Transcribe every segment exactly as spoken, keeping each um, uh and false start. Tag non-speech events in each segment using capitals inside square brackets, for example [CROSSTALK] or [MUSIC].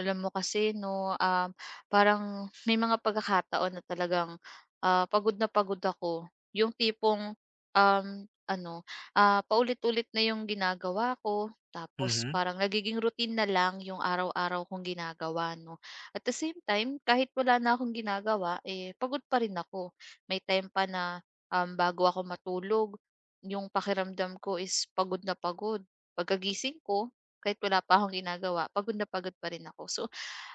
Alam mo kasi 'no, um, parang may mga pagkakataon na talagang, ah, pagod na pagod ako. Yung tipong, um, ano, ah, paulit-ulit na yung ginagawa ko tapos Mhm. parang nagiging routine na lang yung araw-araw kong ginagawa 'no. At the same time, kahit wala na akong ginagawa, eh, pagod pa rin ako. May time pa na, um, bago ako matulog, yung pakiramdam ko is pagod na pagod. Pagkagising ko kahit wala pa akong ginagawa, pagod na pagod pa rin ako. So,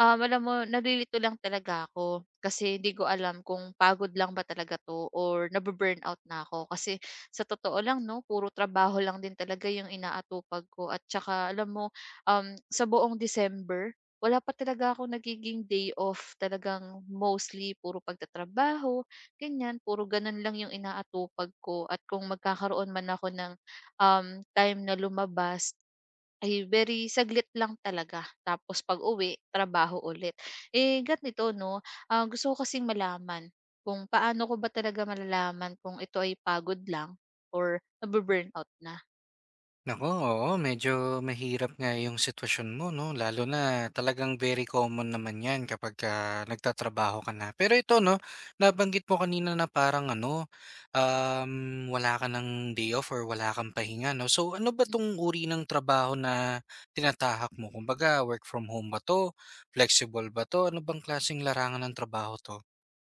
um, alam mo nalilito lang talaga ako kasi hindi ko alam kung pagod lang ba talaga 'to or nabu-burnout na ako. Kasi sa totoo lang 'no, puro trabaho lang din talaga yung inaatupag ko at tsaka alam mo, um, sa buong December, wala pa talaga ako nagiging day off. Talagang mostly puro pagtatrabaho, ganyan. Puro gano'n lang yung inaatupag ko at kung magkakaroon man ako ng, um, time na lumabas ay very saglit lang talaga tapos pag-uwi trabaho ulit. Eh, ganito 'no, ah, gusto ko kasing malaman kung paano ko ba talaga malalaman kung ito ay pagod lang or nabu-burnout na? Naku, oo, medyo mahirap nga yung sitwasyon mo, 'no? Lalo na talagang very common naman 'yan kapagka nagtatrabaho ka na. Pero ito, 'no, nabanggit mo kanina na parang ano, um, wala ka ng day off or wala kang pahinga, 'no? So, ano ba 'tong uri ng trabaho na tinatahak mo? Kumbaga, work from home ba 'to? Flexible ba 'to? Ano bang klaseng larangan ng trabaho 'to?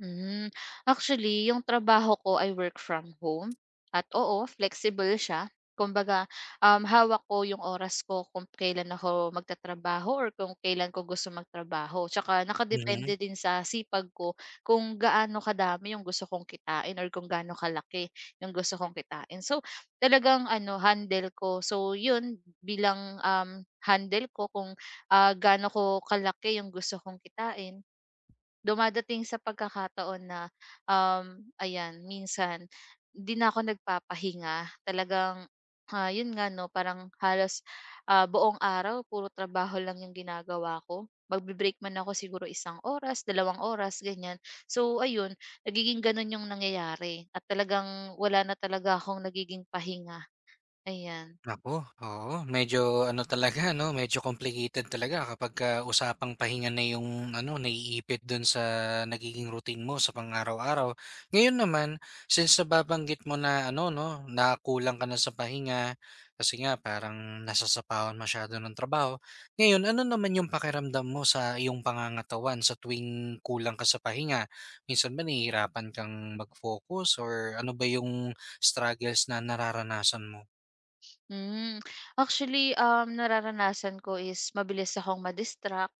Hmm, actually yung trabaho ko ay work from home at oo, flexible siya. Kumbaga, um, hawak ko yung oras ko kung kailan ako magtatrabaho or kung kailan ko gusto magtrabaho. Tsaka Mhm. nakadepende din sa sipag ko kung gaano kadami yung gusto kong kitain or kung gaano kalaki yung gusto kong kitain. So, talagang ano, handle ko. So, yun bilang um, handle ko kung ah, gaano ko kalaki yung gusto kong kitain. Dumadating sa pagkakataon na, um, ayan minsan di na ako nagpapahinga. Talagang, ah, yun nga 'no parang halos, ah, buong araw puro trabaho lang yung ginagawa ko. Magbe-break man ako siguro isang oras, dalawang oras ganyan. So ayun, nagiging ganun yung nangyayari at talagang wala na talaga akong nagiging pahinga, ayan. Naku, oo. Medyo ano talaga [LAUGHS] 'no, medyo complicated talaga kapagka usapang pahinga na yung ano, naiipit dun sa nagiging routine mo sa pang-araw-araw. Ngayon naman, since nababanggit mo na ano 'no, na kulang ka na sa pahinga kasi nga parang nasasapawan masyado ng trabaho. Ngayon, ano naman yung pakiramdam mo sa iyong pangangatawan sa tuwing kulang ka sa pahinga? Minsan ba nahihirapan kang mag-focus or ano ba yung struggles na nararanasan mo? Hmm. Actually, um, nararanasan ko is mabilis akong ma-distract,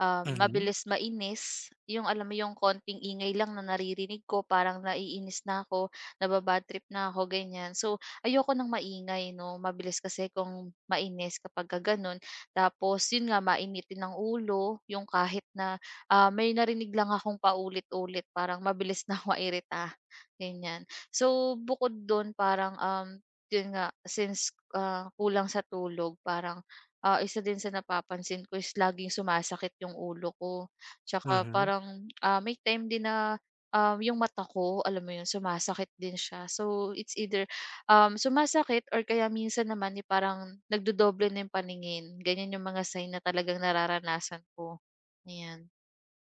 um, Mhm. mabilis mainis. Yung alam mo yung konting ingay lang na naririnig ko, parang naiinis na ako, nababad trip na ako, ganyan. So, ayoko ng maingay, no? Mabilis kasi kung mainis kapag ka ganun. Tapos, yun nga, mainitin ng ulo, yung kahit na ah, may narinig lang akong paulit-ulit, parang mabilis na [LAUGHS] ako mairita. Ganyan. So, bukod doon, parang um, yun nga, since, ah, kulang sa tulog parang, ah, isa din sa napapansin ko is laging sumasakit yung ulo ko. Tsaka Mhm. parang, ah, may time din na, um, yung mata ko, alam mo yun, sumasakit din siya. So, it's either, um, sumasakit or kaya minsan naman, eh, parang nagdodoble na yung paningin. Ganyan yung mga sign na talagang nararanasan ko, ayan.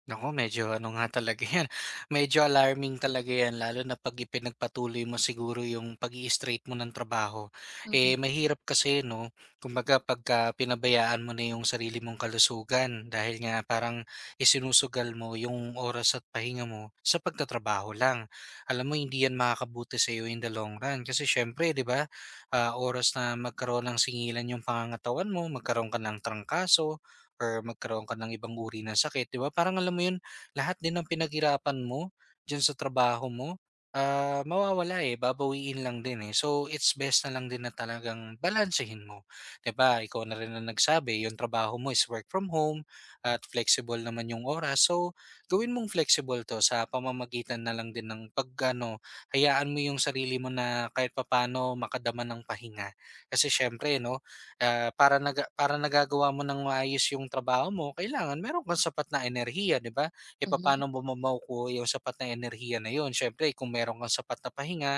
Naku, medyo ano nga talaga 'yan, [LAUGHS] medyo alarming talaga 'yan lalo na 'pag ipinagpatuloy mo siguro yung pag straight mo ng trabaho. Mhm, Eh, mahirap kasi 'no, kumbaga pagka pinabayaan mo na yung sarili mong kalusugan dahil nga parang isinusugal mo yung oras at pahinga mo sa pagtatrabaho lang. Alam mo hindi 'yan makakabuti sa'yo in the long run kasi siyempre 'di ba, ah, oras na magkaroon ng singilan yung pangangatawan mo, magkaroon ka ng trangkaso, or magkaroon ka ng ibang uri ng sakit, 'di ba? Parang alam mo 'yun, lahat din ng pinaghirapan mo diyan sa trabaho mo, ah, mawawala, eh, babawiin lang din, eh. So, it's best na lang din na talagang balansehin mo, 'di ba? Ikaw na rin ang nagsabi, yung trabaho mo is work from home at flexible naman yung oras. So, gawin mong flexible 'to sa pamamagitan na lang din ng pag ano, hayaan mo yung sarili mo na kahit papaano makadama ng pahinga. Kasi siyempre 'no, ah, para naga para nagagawa mo ng maayos yung trabaho mo, kailangan meron kang sapat na enerhiya, 'di ba? Eh, mhm. papaano mo ma makukuha yung sapat na enerhiya na yon. Siyempre kung meron kang sapat na pahinga,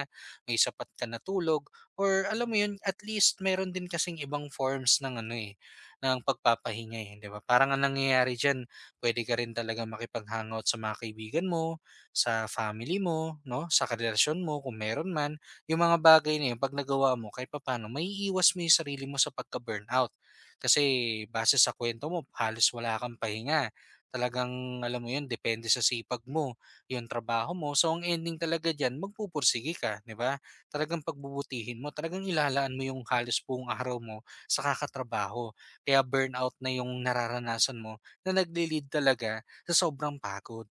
may sapat ka na tulog, or alam mo yun, at least meron din kasing ibang forms ng ano, eh, ng pagpapahinga, eh, 'di ba? Parang ang nangyayari diyan, puwede ka rin talaga makipag-hangout sa mga kaibigan mo, sa family mo, 'no, sa karelasyon mo kung meron man. Yung mga bagay na yun 'pag nagawa mo kahit papaano maiiwas mo yung sarili mo sa pagka-burnout. Kasi base sa kuwento mo halos wala kang pahinga, talagang alam mo yun depende sa sipag mo yung trabaho mo. So, ang ending talaga diyan magpupursige ka, 'di ba? Talagang pagbubutihin mo, talagang ilalaan mo yung halos buong araw mo sa kakatrabaho. Kaya burnout na yung nararanasan mo na nagle-lead talaga sa sobrang pagod.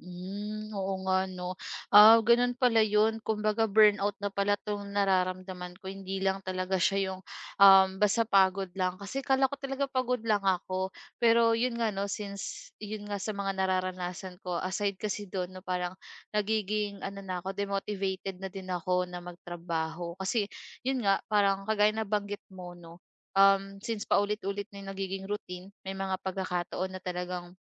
Hmm, oo nga 'no. Ah, gano'n pala 'yun. Kumbaga burnout na pala 'tong nararamdaman ko, hindi lang talaga siya 'yung, um, basta pagod lang. Kasi akala ko talaga pagod lang ako. Pero 'yun nga 'no, since 'yun nga sa mga nararanasan ko, aside kasi do'n 'no, parang nagiging ano na ako, demotivated na din ako na magtrabaho. Kasi 'yun nga, parang kagaya na banggit mo 'no, um, since paulit-ulit na 'yung nagiging routine, may mga pagkakataon na talagang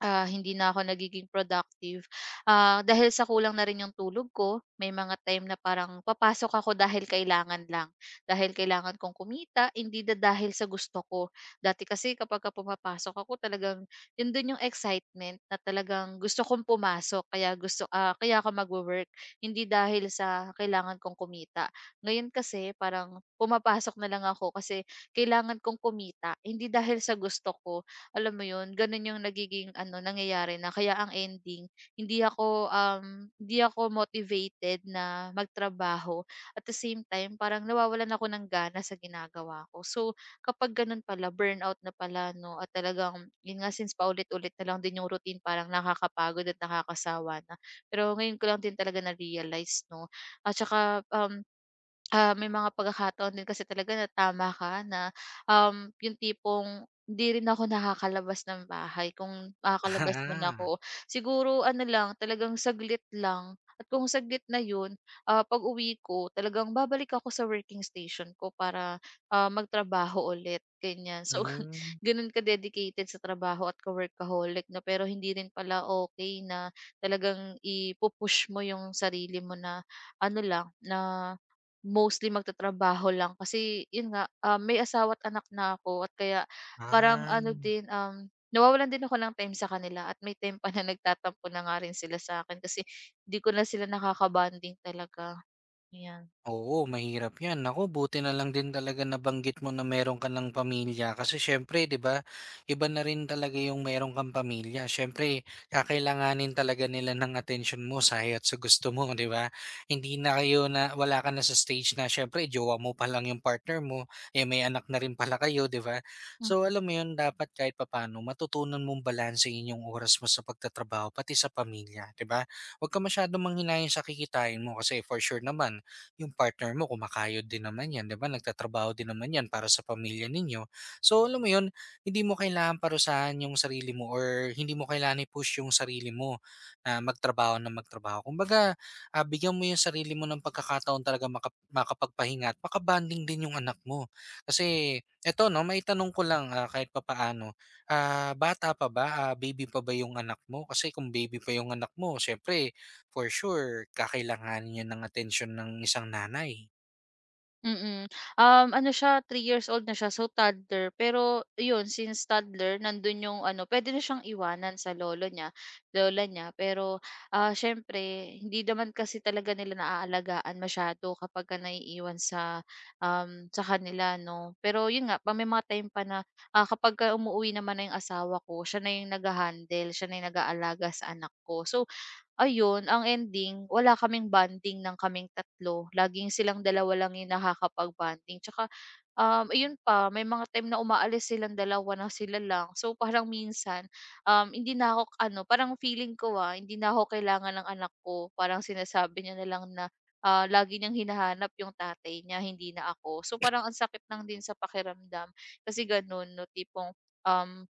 Ah, hindi na ako nagiging productive. Ah, dahil sa kulang na rin yung tulog ko, may mga time na parang papasok ako dahil kailangan lang. Dahil kailangan kong kumita, hindi na dahil sa gusto ko. Dati kasi kapag ka pumapasok ako, talagang yun dun yung excitement na talagang gusto kong pumasok, kaya gusto ah, kaya ako magwo-work, hindi dahil sa kailangan kong kumita. Ngayon kasi parang pumapasok na lang ako kasi kailangan kong kumita, hindi dahil sa gusto ko alam mo 'yun, gano'n 'yung nagiging ano, nangyayari na kaya ang ending hindi ako, um, hindi ako motivated na magtrabaho. At the same time, parang nawawalan ako ng gana sa ginagawa ko. So, kapag gano'n pala, burnout na pala 'no at talagang 'yun nga, since paulit-ulit na lang din 'yung routine parang nakakapagod at nakakasawa na. Pero ngayon ko lang din talaga na-realize 'no at saka, um, Ah, may mga pagkakataon din kasi talaga na tama ka na, um, yung tipong hindi rin ako nakakalabas ng bahay kung makakalabas man [LAUGHS] ako. Siguro ano lang, talagang saglit lang at kung saglit na yun, ah, pag-uwi ko talagang babalik ako sa working station ko para, ah, magtrabaho ulit, ganyan. Ah. So, [LAUGHS] Hmm. ganun ka-dedicated sa trabaho at ka workaholic 'no, pero hindi rin pala okay na talagang ipupush mo yung sarili mo na ano lang, na mostly magtatrabaho lang kasi yun nga, ah, may asawa at anak na ako at kaya parang Ah. ano din, um, nawawalan din ako ng time sa kanila at may time pa na nagtatampo na nga rin sila sa'kin kasi 'di ko na sila nakakabanding talaga, ayan. Oo, mahirap 'yan. Ako buti na lang din talaga nabanggit mo na meron ka ng pamilya kasi siyempre 'di ba, iba na rin talaga yung meron kang pamilya. Siyempre kakailanganin talaga nila ng attention mo sa haya't sa gusto mo, 'di ba? Hindi na kayo na wala ka na sa stage na siyempre jowa mo pa lang yung partner mo, eh may anak na rin pala kayo, 'di ba? So alam mo 'yun, dapat kahit papaano matutunan mong balansehin yung oras mo sa pagtatrabaho pati sa pamilya, 'di ba? Huwag ka masyadong manghinayang sa kikitain mo kasi for sure naman yung partner mo kumakayod din naman yan, 'di ba? Nagtatrabaho din naman yan para sa pamilya ninyo. So, alam mo yun, hindi mo kailangan parusahan yung sarili mo or hindi mo kailangan i-push yung sarili mo na magtrabaho na magtrabaho. Kumbaga, ah, bigyan mo yung sarili mo ng pagkakataon talaga maka- makapagpahinga at makabanding din yung anak mo. Kasi, eto no, may tanong ko lang ah, kahit papaano. Ah, bata pa ba? Ah, baby pa ba yung anak mo? Kasi kung baby pa yung anak mo, syempre, for sure, kakailanganin 'yan ng atensyon ng isang nanay. Mm. Um, ano siya, three years old na siya, so toddler. Pero yun, since toddler, nandun yung ano, pwede na siyang iwanan sa lolo niya, lola niya. Pero, ah, siyempre hindi naman kasi talaga nila naaalagaan masyado kapagka naiiwan sa, um, sa kanila 'no. Pero yun nga, pa may mga time pa na, ah, kapagka umuwi naman na yung asawa ko, siya na yung nagha-handle, siya na yung nag-aalaga sa anak ko. So ayun, ang ending wala kaming bonding ng kaming tatlo. Laging silang dalawa lang yung nakakapag-bonding. Tsaka, um, ayun pa, may mga time na umaalis silang dalawa na sila lang. So, parang minsan, um, hindi na ako, ano, parang feeling ko ah, hindi na ako kailangan ng anak ko. Parang sinasabi niya na lang na, ah, lagi niyang hinahanap yung tatay niya, hindi na ako. So, parang ang sakit lang din sa pakiramdam. Kasi ganun, no, tipong, um,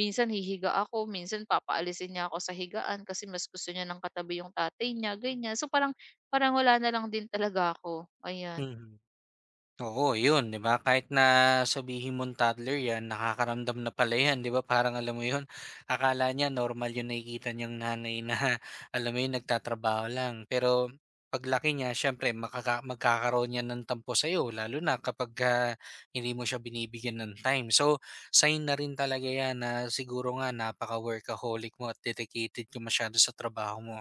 minsan hihiga ako, minsan papaalisin niya ako sa higaan kasi mas gusto niya ng katabi yung tatay niya, ganyan. So parang parang wala na lang din talaga ako, ayan. Mhm. Oo, yun, 'di ba? Kahit na sabihin mong toddler 'yan, nakakaramdam na pala 'yan, 'di ba? Parang alam mo yun, [LAUGHS] akala niya normal yung nakikita niyang nanay na [LAUGHS] alam mo yun, nagtatrabaho lang. Pero paglaki niya, siyempre makaka magkakaroon niya ng tampo sa'yo, lalo na kapag ah, hindi mo siya binibigyan ng time. So, sign na rin talaga 'yan na siguro nga napaka-workaholic mo at dedicated ka masyado sa trabaho mo.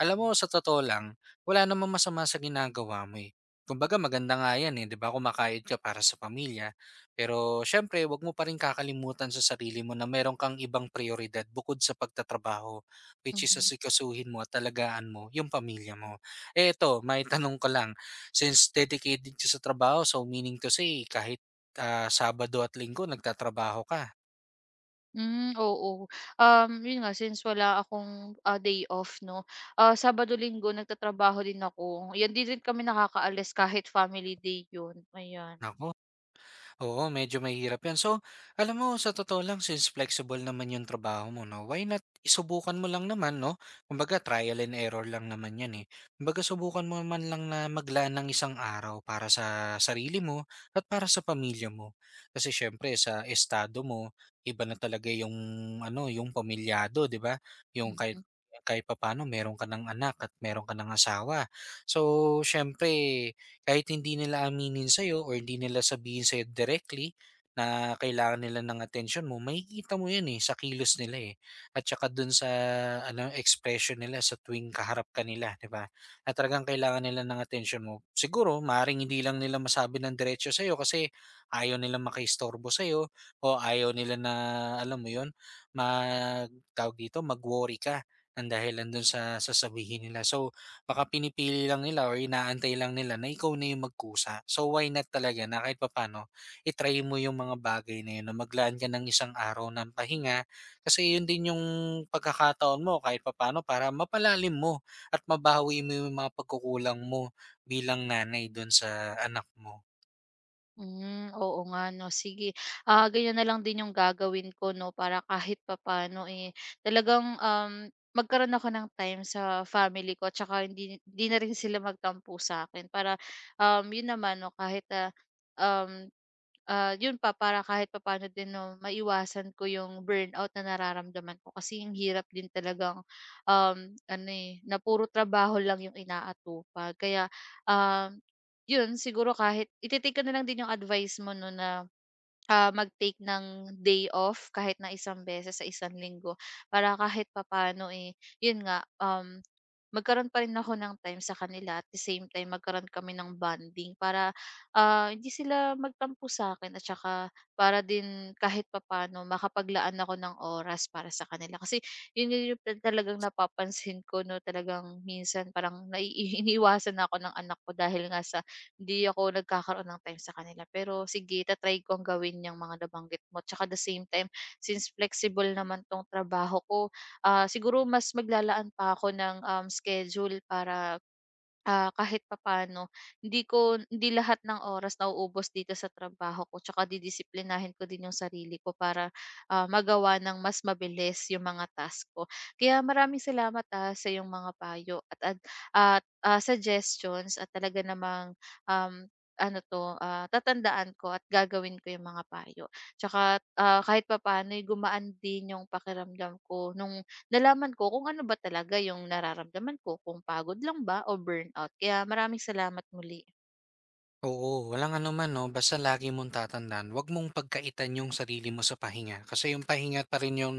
Alam mo, sa totoo lang, wala namang masama sa ginagawa mo eh. Kumbaga maganda nga 'yan, eh, 'di ba, kumakain ka para sa pamilya. Pero siyempre 'wag mo pa rin kakalimutan sa sarili mo na meron kang ibang prayoridad bukod sa pagtatrabaho, which is Mhm. asikasuhin mo at alagaan mo yung pamilya mo. Eh, ito may [LAUGHS] tanong ko lang, since dedicated ka sa trabaho, so meaning to say kahit, ah, Sabado at Linggo nagtatrabaho ka, Hmm, oo. Um, yun nga since wala akong, ah, day off 'no, ah, Sabado, Linggo nagtatrabaho din ako. 'Yan, 'di rin kami nakakaalis kahit family day yun, ayan. naku. Oo, medyo mahirap yan. So, alam mo, sa totoo lang, since flexible naman yung trabaho mo, no? Why not isubukan mo lang naman, no? Kumbaga, trial and error lang naman yan, eh. Kumbaga, subukan mo naman lang na maglaan ng isang araw para sa sarili mo at para sa pamilya mo. Kasi, syempre, sa estado mo, iba na talaga yung, ano, yung pamilyado, di ba? Yung kahit, Mm. kahit papano, meron ka ng anak at meron ka ng asawa. So, syempre, kahit hindi nila aminin sa'yo or hindi nila sabihin sa'yo directly na kailangan nila ng attention mo, makikita mo 'yan, eh, sa kilos nila, eh, at saka do'n sa ano, expression nila sa tuwing kaharap ka nila, 'di ba, at talagang kailangan nila ng attention mo. Siguro maaaring hindi lang nila masabi ng diretso sa'yo kasi ayaw nilang makaistorbo sa'yo o ayaw nila na, alam mo 'yun, mag tawag dito, mag-worry ka ng dahilan do'n sa sasabihin nila. So, baka pinipili lang nila or inaantay lang nila na ikaw na yung magkusa. So why not talaga na kahit papaano i-try mo yung mga bagay na yun na maglaan ka ng isang araw ng pahinga kasi yun din yung pagkakataon mo kahit papaano para mapalalim mo at mabawi mo yung mga pagkukulang mo bilang nanay doon sa anak mo. Hmm, oo nga 'no, sige. Ah, ganyan na lang din yung gagawin ko 'no, para kahit papaano, eh, talagang, um, magkaroon ako ng time sa family ko tsaka hindi hindi na rin sila magtampo sa akin para, um, yun naman 'no, kahit, ah, um, ah, yun pa, para kahit papaano din 'no, maiwasan ko yung burnout na nararamdaman ko kasi ang hirap din talagang, um, ano, eh, na puro trabaho lang yung inaatupag. Kaya, um yun siguro kahit ite-take ko na lang din yung advice mo 'no na, ah, mag-take ng day off kahit na isang beses sa isang linggo para kahit papaano, eh, yun nga, um, magkaroon pa rin ako ng time sa kanila at the same time magkaroon kami ng bonding para, ah, hindi sila magtampo sa'kin at saka para din kahit papaano makapaglaan ako ng oras para sa kanila. Kasi yun yun yung tal- talagang napapansin ko 'no, talagang minsan parang nai iniiwasan [LAUGHS] ako ng anak ko dahil nga sa hindi ako nagkakaroon ng time sa kanila. Pero sige, ta-try ko ang gawin yung mga nabanggit mo. Tsaka the same time, since flexible naman tong trabaho ko, ah, siguro mas maglalaan pa ako ng, um, schedule para Ah, kahit papaano hindi ko hindi lahat ng oras nauubos dito sa trabaho ko tsaka didisiplinahin ko din yung sarili ko para, ah, magawa ng mas mabilis yung mga task ko. Kaya maraming salamat, ah, sa yung mga payo at at at, ah, suggestions at talaga namang, um, ano 'to, ah, tatandaan ko at gagawin ko yung mga payo. Tsaka, ah, kahit papaano'y gumaan din yung pakiramdam ko nung nalaman ko kung ano ba talaga yung nararamdaman ko, kung pagod lang ba o burnout. Kaya maraming salamat muli. Oo, walang anuman 'no, basta lagi mong tatandaan, 'wag mong pagkaitan yung sarili mo sa pahinga. Kasi yung pahinga pa rin yung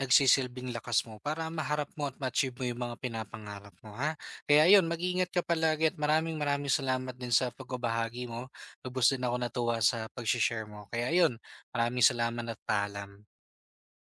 nagsisilbing lakas mo para maharap mo at ma-achieve mo yung mga pinapangarap mo, ha? Kaya ayun, mag-ingat ka palagi at maraming maraming salamat din sa pagbabahagi mo. Lubos din ako natuwa sa pagshe-share mo. Kaya ayun, maraming salamat at paalam.